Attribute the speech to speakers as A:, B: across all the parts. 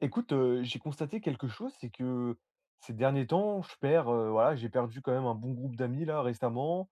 A: Écoute, j'ai constaté quelque chose, c'est que ces derniers temps, je perds, voilà, j'ai perdu quand même un bon groupe d'amis là récemment.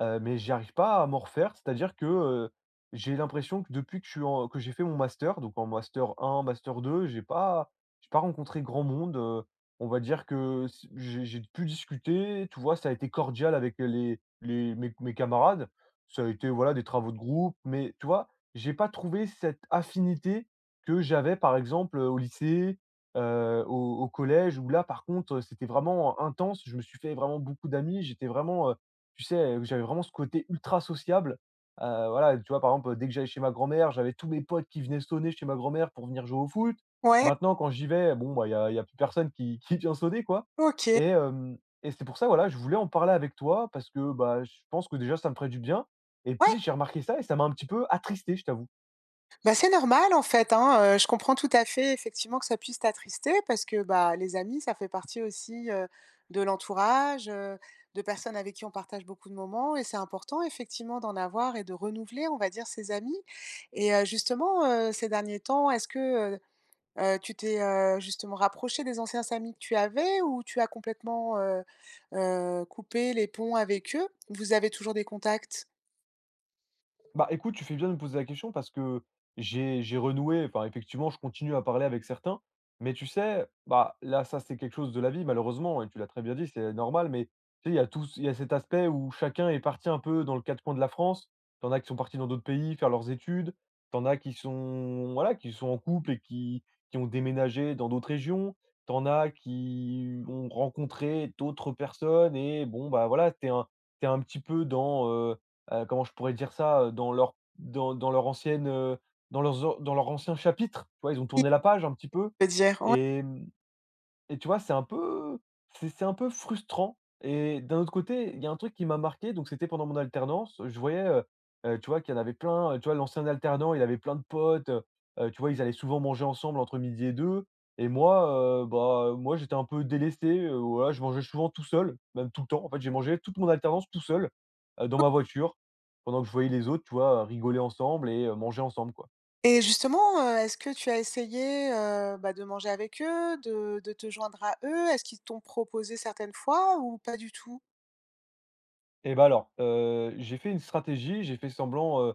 A: Mais j'y arrive pas à m'en refaire. C'est-à-dire que, j'ai l'impression que depuis que je suis en que j'ai fait mon master, donc en master un master 2 j'ai pas rencontré grand monde, on va dire que s j'ai pu discuter, tu vois? Ça a été cordial avec les mes camarades. Ça a été, voilà, des travaux de groupe, mais tu vois? J'ai pas trouvé cette affinité que j'avais par exemple, au lycée, au collège où là par contre, c'était vraiment intense. Je me suis fait vraiment beaucoup d'amis, j'étais vraiment, tu sais, j'avais vraiment ce côté ultra sociable, voilà, tu vois? Par exemple, dès que j'allais chez ma grand-mère, j'avais tous mes potes qui venaient sonner chez ma grand-mère pour venir jouer au foot.
B: Ouais,
A: Maintenant, quand j'y vais, bon, bah, il y a y a plus personne qui qui vient sonner, quoi
B: OK.
A: et hem et c'est pour ça, voilà, je voulais en parler avec toi parce que, bah, je pense que déjà ça me ferait du bien et puis
B: Ouais,
A: j'ai remarqué ça et ça m'a un petit peu attristé, je t'avoue.
B: bah, c'est normal en fait, hein, je comprends tout à fait effectivement que ça puisse t'attrister parce que, bah, les amis, ça fait partie aussi, de l'entourage, de personnes avec qui on partage beaucoup de moments et c'est important effectivement d'en avoir et de renouveler, on va dire, ses amis et justement, ces derniers temps, est-ce que, heu tu t'es, justement rapproché des anciens amis que tu avais ou tu as complètement, coupé les ponts avec eux? Vous avez toujours des contacts?
A: Bah, écoute, tu fais bien de me poser la question parce que j'ai renoué, enfin, effectivement, je continue à parler avec certains, mais tu sais, bah, là, ça, c'est quelque chose de la vie, malheureusement, et tu l'as très bien dit, c'est normal, mais tu sais, il y a tout, il y a cet aspect où chacun est parti un peu dans le quatre coins de la France. T'en as qui sont partis dans d'autres pays faire leurs études, t'en as qui sont, voilà, qui sont en couple et qui ont déménagé dans d'autres régions, t'en as qui ont rencontré d'autres personnes et bon, bah, voilà, t'es un petit peu dans, comment je pourrais dire ça? Dans leur dans dans leur ancienne, dans leur ancien chapitre, tu vois? Ils ont tourné la page un petit peu
B: Je veux dire, ouais.
A: et mmh et tu vois, c'est un peu c'est un peu frustrant et d'un autre côté, il y a un truc qui m'a marqué, donc c'était pendant mon alternance, je voyais, tu vois, qu'il y en avait plein, tu vois, l'ancien alternant, il avait plein de potes, tu vois, ils allaient souvent manger ensemble entre midi et 2. Et moi, bah, moi, j'étais un peu délaissé, voilà, je mangeais souvent tout seul, même tout le temps. En fait, j'ai mangé toute mon alternance tout seul, dans ma voiture, pendant que je voyais les autres, tu vois, rigoler ensemble et manger ensemble, quoi.
B: Et justement, est-ce que tu as essayé, bah, de manger avec eux, de te joindre à eux? Est-ce qu'ils t'ont proposé certaines fois ou pas du tout?
A: Et ben alors, j'ai fait une stratégie, j'ai fait semblant, heu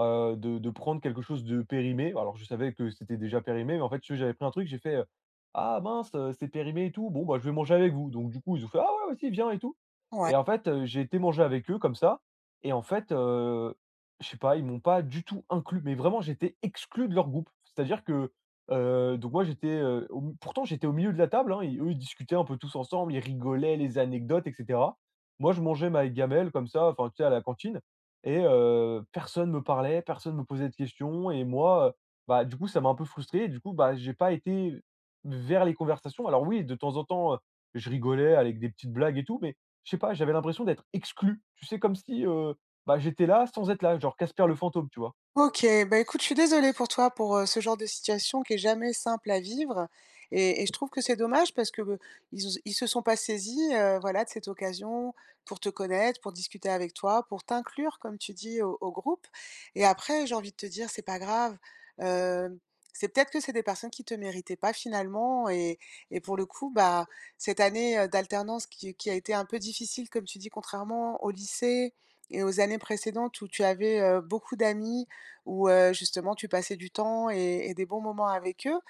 A: heu, de prendre quelque chose de périmé. Alors je savais que c'était déjà périmé, mais en fait, si tu veux, j'avais pris un truc, j'ai fait, «Ah mince, c'est périmé et tout, bon bah, je vais manger avec vous». Donc du coup, ils ont fait: «Ah ouais, vas-y, viens et tout»
B: Ouais.
A: et en fait, j'ai été manger avec eux comme ça et en fait, je sais pas, ils m'ont pas du tout inclus, mais vraiment j'étais exclu de leur groupe. C'est-à-dire que, donc moi j'étais, au pourtant j'étais au milieu de la table, hein, et eux, ils discutaient un peu tous ensemble, ils rigolaient, les anecdotes etc. Moi, je mangeais ma gamelle comme ça, enfin, tu sais, à la cantine et personne me parlait, personne me posait de questions et moi, bah, du coup, ça m'a un peu frustré et du coup, bah, j'ai pas été vers les conversations. Alors oui, de temps en temps, je rigolais avec des petites blagues et tout, mais je sais pas, j'avais l'impression d'être exclu. Tu sais, comme si, bah, j'étais là sans être là, genre Casper le fantôme, tu vois?
B: OK, bah, écoute, je suis désolée pour toi, pour, ce genre de situation qui est jamais simple à vivre et je trouve que c'est dommage parce que, ils se sont pas saisis, voilà, de cette occasion pour te connaître, pour discuter avec toi, pour t'inclure, comme tu dis, au groupe et après, j'ai envie de te dire, c'est pas grave, hem, c'est peut-être que c'est des personnes qui te méritaient pas finalement et pour le coup, bah, cette année, d'alternance qui a été un peu difficile, comme tu dis, contrairement au lycée et aux années précédentes où tu avais, beaucoup d'amis où, justement tu passais du temps et des bons moments avec eux.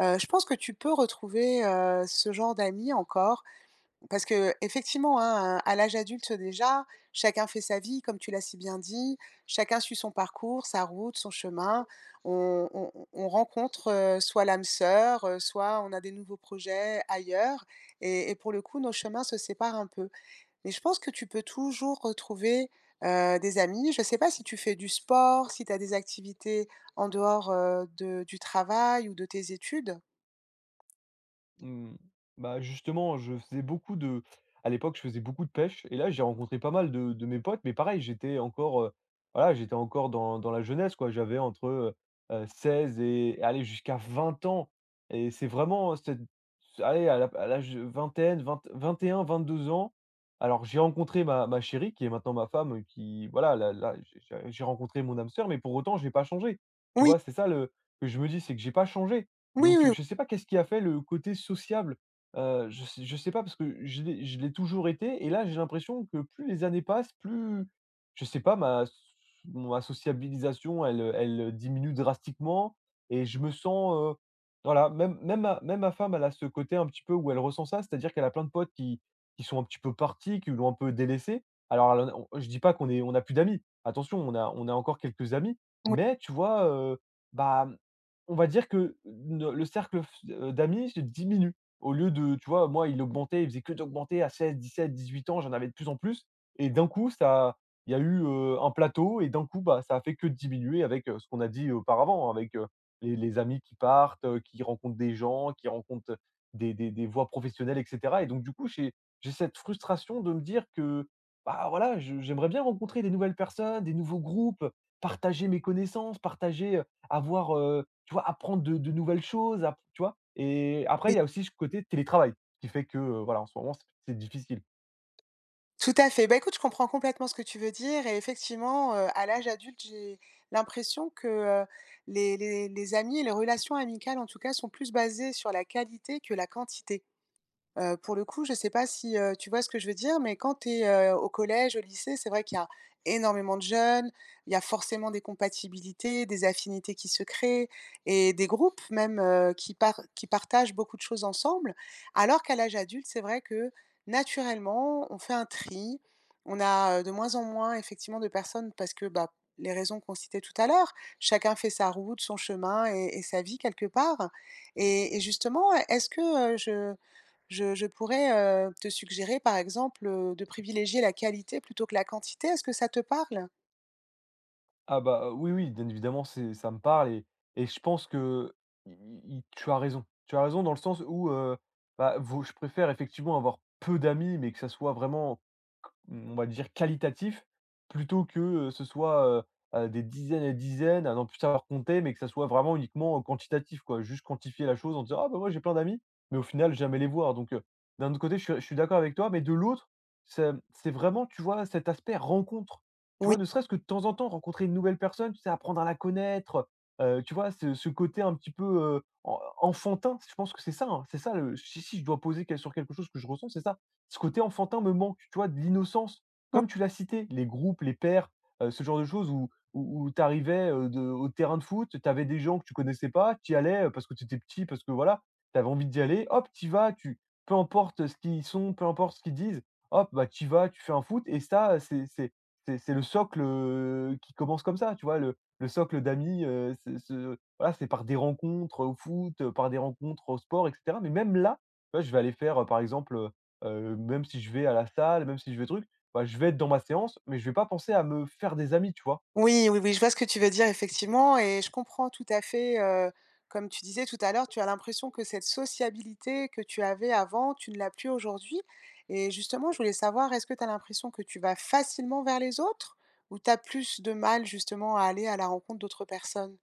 B: Je pense que tu peux retrouver, ce genre d'amis encore parce qu'effectivement, hein, à l'âge adulte déjà, chacun fait sa vie comme tu l'as si bien dit. Chacun suit son parcours, sa route, son chemin. On rencontre, soit l'âme sœur, soit on a des nouveaux projets ailleurs et pour le coup, nos chemins se séparent un peu. Mais je pense que tu peux toujours retrouver, des amis. Je ne sais pas si tu fais du sport, si tu as des activités en dehors, de du travail ou de tes études?
A: Mmh. Bah, justement, je faisais beaucoup de à l'époque, je faisais beaucoup de pêche et là, j'ai rencontré pas mal de mes potes, mais pareil, j'étais encore, voilà, j'étais encore dans la jeunesse, quoi. J'avais entre, 16 et aller jusqu'à 20 ans et c'est vraiment cette allez, à la à l'âge de vingtaine, vingt 21-22 ans. Alors, j'ai rencontré ma chérie, qui est maintenant ma femme, qui voilà, là, j'ai rencontré mon âme sœur, mais pour autant, j'ai pas changé. Tu
B: Oui,
A: vois? C'est ça le que je me dis, c'est que j'ai pas changé.
B: oui,
A: Donc,
B: oui,
A: je ne sais pas qu'est-ce qui a fait le côté sociable? Je sais pas parce que je l'ai toujours été et là, j'ai l'impression que plus les années passent, plus je sais pas ma sociabilisation elle, elle, diminue drastiquement et je me sens, voilà, même ma femme, elle a ce côté un petit peu où elle ressent ça, c'est-à-dire qu'elle a plein de potes qui sont un petit peu partis, qui l'ont un peu délaissée. Alors elle en a- on je dis pas qu'on est on a plus d'amis, attention, on a encore quelques amis,
B: oui,
A: mais tu vois, bah on va dire que ne le cercle f d'amis se diminue. Au lieu de tu vois, moi, il augmentait, il faisait que d'augmenter à 16 17 18 ans, j'en avais de plus en plus et d'un coup, ça il y a eu, un plateau et d'un coup, bah, ça a fait que diminuer avec, ce qu'on a dit auparavant, hein, avec, les amis qui partent, qui rencontrent des gens, qui rencontrent, des voies professionnelles et cetera et donc du coup, j'ai cette frustration de me dire que, bah, voilà, je j'aimerais bien rencontrer des nouvelles personnes, des nouveaux groupes, partager mes connaissances, partager, avoir, tu vois, apprendre de nouvelles choses, app tu vois? Et après, il
B: oui,
A: y a aussi ce côté télétravail qui fait que, voilà, en ce moment, c'est difficile.
B: tout à fait. Bah, écoute, je comprends complètement ce que tu veux dire et effectivement, à l'âge adulte, j'ai l'impression que, les amis et les relations amicales, en tout cas, sont plus basées sur la qualité que la quantité. Pour le coup, je ne sais pas si, tu vois ce que je veux dire, mais quand tu es, au collège, au lycée, c'est vrai qu'il y a énormément de jeunes, il y a forcément des compatibilités, des affinités qui se créent et des groupes même, qui partagent beaucoup de choses ensemble. Alors qu'à l'âge adulte, c'est vrai que, naturellement, on fait un tri. On a, de moins en moins effectivement de personnes parce que, bah, les raisons qu'on citait tout à l'heure, chacun fait sa route, son chemin et sa vie quelque part et justement, est-ce que, je pourrais, te suggérer, par exemple, de privilégier la qualité plutôt que la quantité. Est-ce que ça te parle?
A: Ah bah, oui, oui, bien évidemment, c'est ça me parle et je pense que i i tu as raison. Tu as raison dans le sens où, bah, vaut je préfère effectivement avoir peu d'amis, mais que ça soit vraiment on va dire qualitatif, plutôt que, ce soit, des dizaines et dizaines à n'en plus savoir compter, mais que ça soit vraiment uniquement quantitatif quoi. Juste quantifier la chose en disant: «Ah bah, moi j'ai plein d'amis», mais au final jamais les voir donc d'un autre côté je suis d'accord avec toi, mais de l'autre, c'est vraiment, tu vois, cet aspect rencontre. Tu vois,
B: Oui.
A: ne serait-ce que de temps en temps, rencontrer une nouvelle personne, tu sais, apprendre à la connaître, tu vois? Ce côté un petit peu, en enfantin, je pense que c'est ça, hein, c'est ça le si je dois poser quel sur quelque chose que je ressens, c'est ça. Ce côté enfantin me manque, tu vois? De l'innocence, comme tu l'as cité, les groupes, les pairs, ce genre de choses où où tu arrivais, au terrain de foot, tu avais des gens que tu connaissais pas, tu y allais, parce que tu étais petit, parce que voilà, tu avais envie d'y aller, hop, tu y vas, tu peu importe, ce qu'ils sont, peu importe ce qu'ils disent, hop, bah, tu y vas, tu fais un foot et ça, c'est le socle, qui commence comme ça, tu vois? Le socle d'amis, c'est ce voilà, c'est par des rencontres, au foot, par des rencontres au sport et cetera. Mais même là, tu vois, je vais aller faire, par exemple, même si je vais à la salle, même si je vais truc, bah, je vais être dans ma séance, mais je vais pas penser à me faire des amis, tu vois?
B: Oui, oui, oui, je vois ce que tu veux dire effectivement et je comprends tout à fait, comme tu disais tout à l'heure, tu as l'impression que cette sociabilité que tu avais avant, tu ne l'as plus aujourd'hui et justement, je voulais savoir, est-ce que tu as l'impression que tu vas facilement vers les autres ou tu as plus de mal justement à aller à la rencontre d'autres personnes?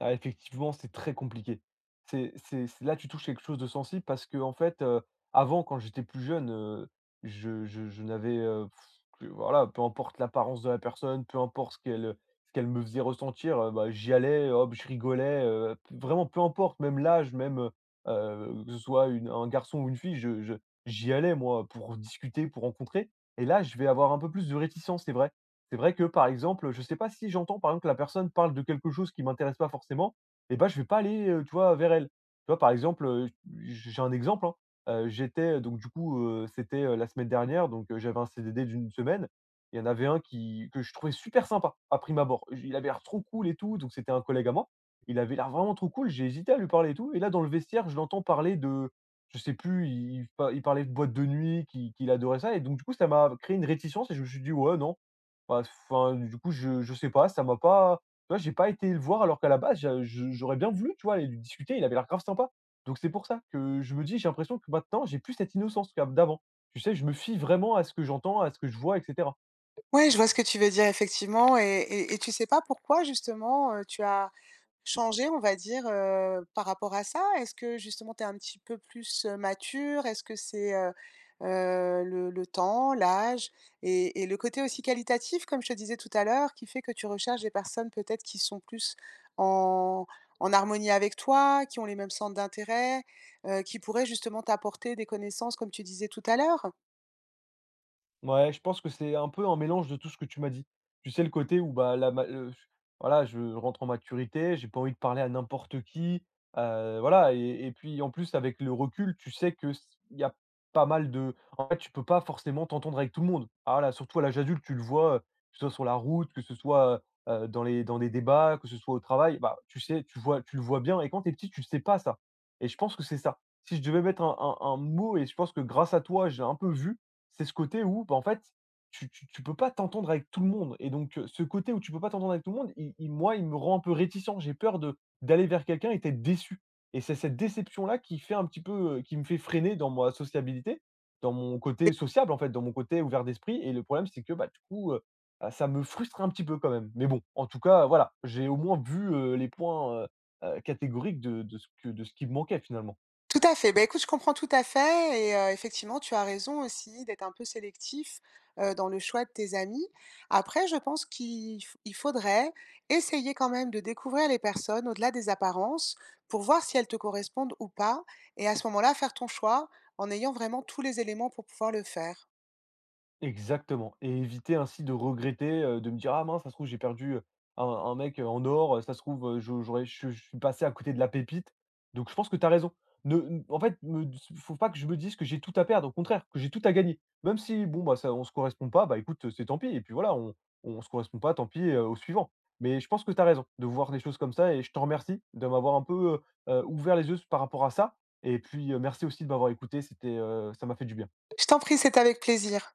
A: Ah, effectivement, c'est très compliqué. C'est là, tu touches quelque chose de sensible parce que en fait, avant, quand j'étais plus jeune, je n'avais, que voilà, peu importe l'apparence de la personne, peu importe ce qu'elle me faisait ressentir, bah, j'y allais, hop, je rigolais, p vraiment peu importe, même l'âge, que ce soit une un garçon ou une fille, je j'y allais moi pour discuter, pour rencontrer et là, je vais avoir un peu plus de réticence, c'est vrai. C'est vrai que, par exemple, je sais pas si j'entends, par exemple, que la personne parle de quelque chose qui m'intéresse pas forcément et bah, je vais pas aller, tu vois, vers elle. Tu vois, par exemple, j'ai un exemple, hein, j'étais donc du coup, c'était, la semaine dernière donc j'avais un CDD d'une semaine. Il y en avait un qui que je trouvais super sympa à prime abord. J Il avait l'air trop cool et tout, donc c'était un collègue à moi. Il avait l'air vraiment trop cool, j'ai hésité à lui parler et tout et là, dans le vestiaire, je l'entends parler de je sais plus, il parlait de boîte de nuit, qu'il adorait ça et donc du coup, ça m'a créé une réticence et je me suis dit: «Ouais, non». Bah, enfin, du coup, je sais pas, ça m'a pas, tu vois, j'ai pas été le voir alors qu'à la base, je j'aurais bien voulu, tu vois, aller lui discuter, il avait l'air grave sympa. Donc c'est pour ça que je me dis, j'ai l'impression que maintenant, j'ai plus cette innocence qu'a d'avant. Tu sais, je me fie vraiment à ce que j'entends, à ce que je vois et cetera.
B: Ouais, je vois ce que tu veux dire effectivement et tu sais pas pourquoi justement, tu as changé on va dire, par rapport à ça? Est-ce que justement tu es un petit peu plus, mature? Est-ce que c'est, le temps, l'âge et le côté aussi qualitatif comme je te disais tout à l'heure qui fait que tu recherches des personnes peut-être qui sont plus en harmonie avec toi, qui ont les mêmes centres d'intérêt, qui pourraient justement t'apporter des connaissances comme tu disais tout à l'heure?
A: Ouais, je pense que c'est un peu un mélange de tout ce que tu m'as dit. Tu sais, le côté où, bah, la ma le voilà, je rentre en maturité, j'ai pas envie de parler à n'importe qui, voilà et puis, en plus, avec le recul, tu sais que s il y a pas mal de en fait, tu peux pas forcément t'entendre avec tout le monde. Ah là, surtout à l'âge adulte, tu le vois, que ce soit sur la route, que ce soit, dans des débats, que ce soit au travail, bah, tu sais, tu le vois bien et quand t'es petit, tu le sais pas ça et je pense que c'est ça. Si je devais mettre un mot et je pense que grâce à toi, j'ai un peu vu, c'est ce côté où, bah, en fait, tu peux pas t'entendre avec tout le monde et donc ce côté où tu peux pas t'entendre avec tout le monde, il moi, il me rend un peu réticent. J'ai peur de d'aller vers quelqu'un et d'être déçu et c'est cette déception-là qui fait un petit peu, qui me fait freiner dans ma sociabilité, dans mon côté sociable, en fait, dans mon côté ouvert d'esprit et le problème, c'est que, bah, du coup, bah, ça me frustre un petit peu quand même. Mais bon, en tout cas, voilà, j'ai au moins vu, les points, catégoriques de ce qui me manquait finalement.
B: Tout à fait. Bah, écoute, je comprends tout à fait et effectivement, tu as raison aussi d'être un peu sélectif, dans le choix de tes amis. Après, je pense qu'il f il faudrait essayer quand même de découvrir les personnes au-delà des apparences pour voir si elles te correspondent ou pas et à ce moment-là, faire ton choix en ayant vraiment tous les éléments pour pouvoir le faire.
A: Exactement et éviter ainsi de regretter, de me dire: «Ah mince, ça se trouve j'ai perdu, un mec, en or, ça se trouve, je j'aurais je suis passé à côté de la pépite». Donc je pense que tu as raison. Ne n en fait, me faut pas que je me dise que j'ai tout à perdre, au contraire, que j'ai tout à gagner. Même si bon, bah, ça on se correspond pas, bah, écoute, c'est tant pis et puis voilà, on se correspond pas, tant pis, au suivant. Mais je pense que tu as raison de voir des choses comme ça et je te remercie de m'avoir un peu, ouvert les yeux par rapport à ça et puis, merci aussi de m'avoir écouté, c'était, ça m'a fait du bien.
B: Je t'en prie, c'est avec plaisir.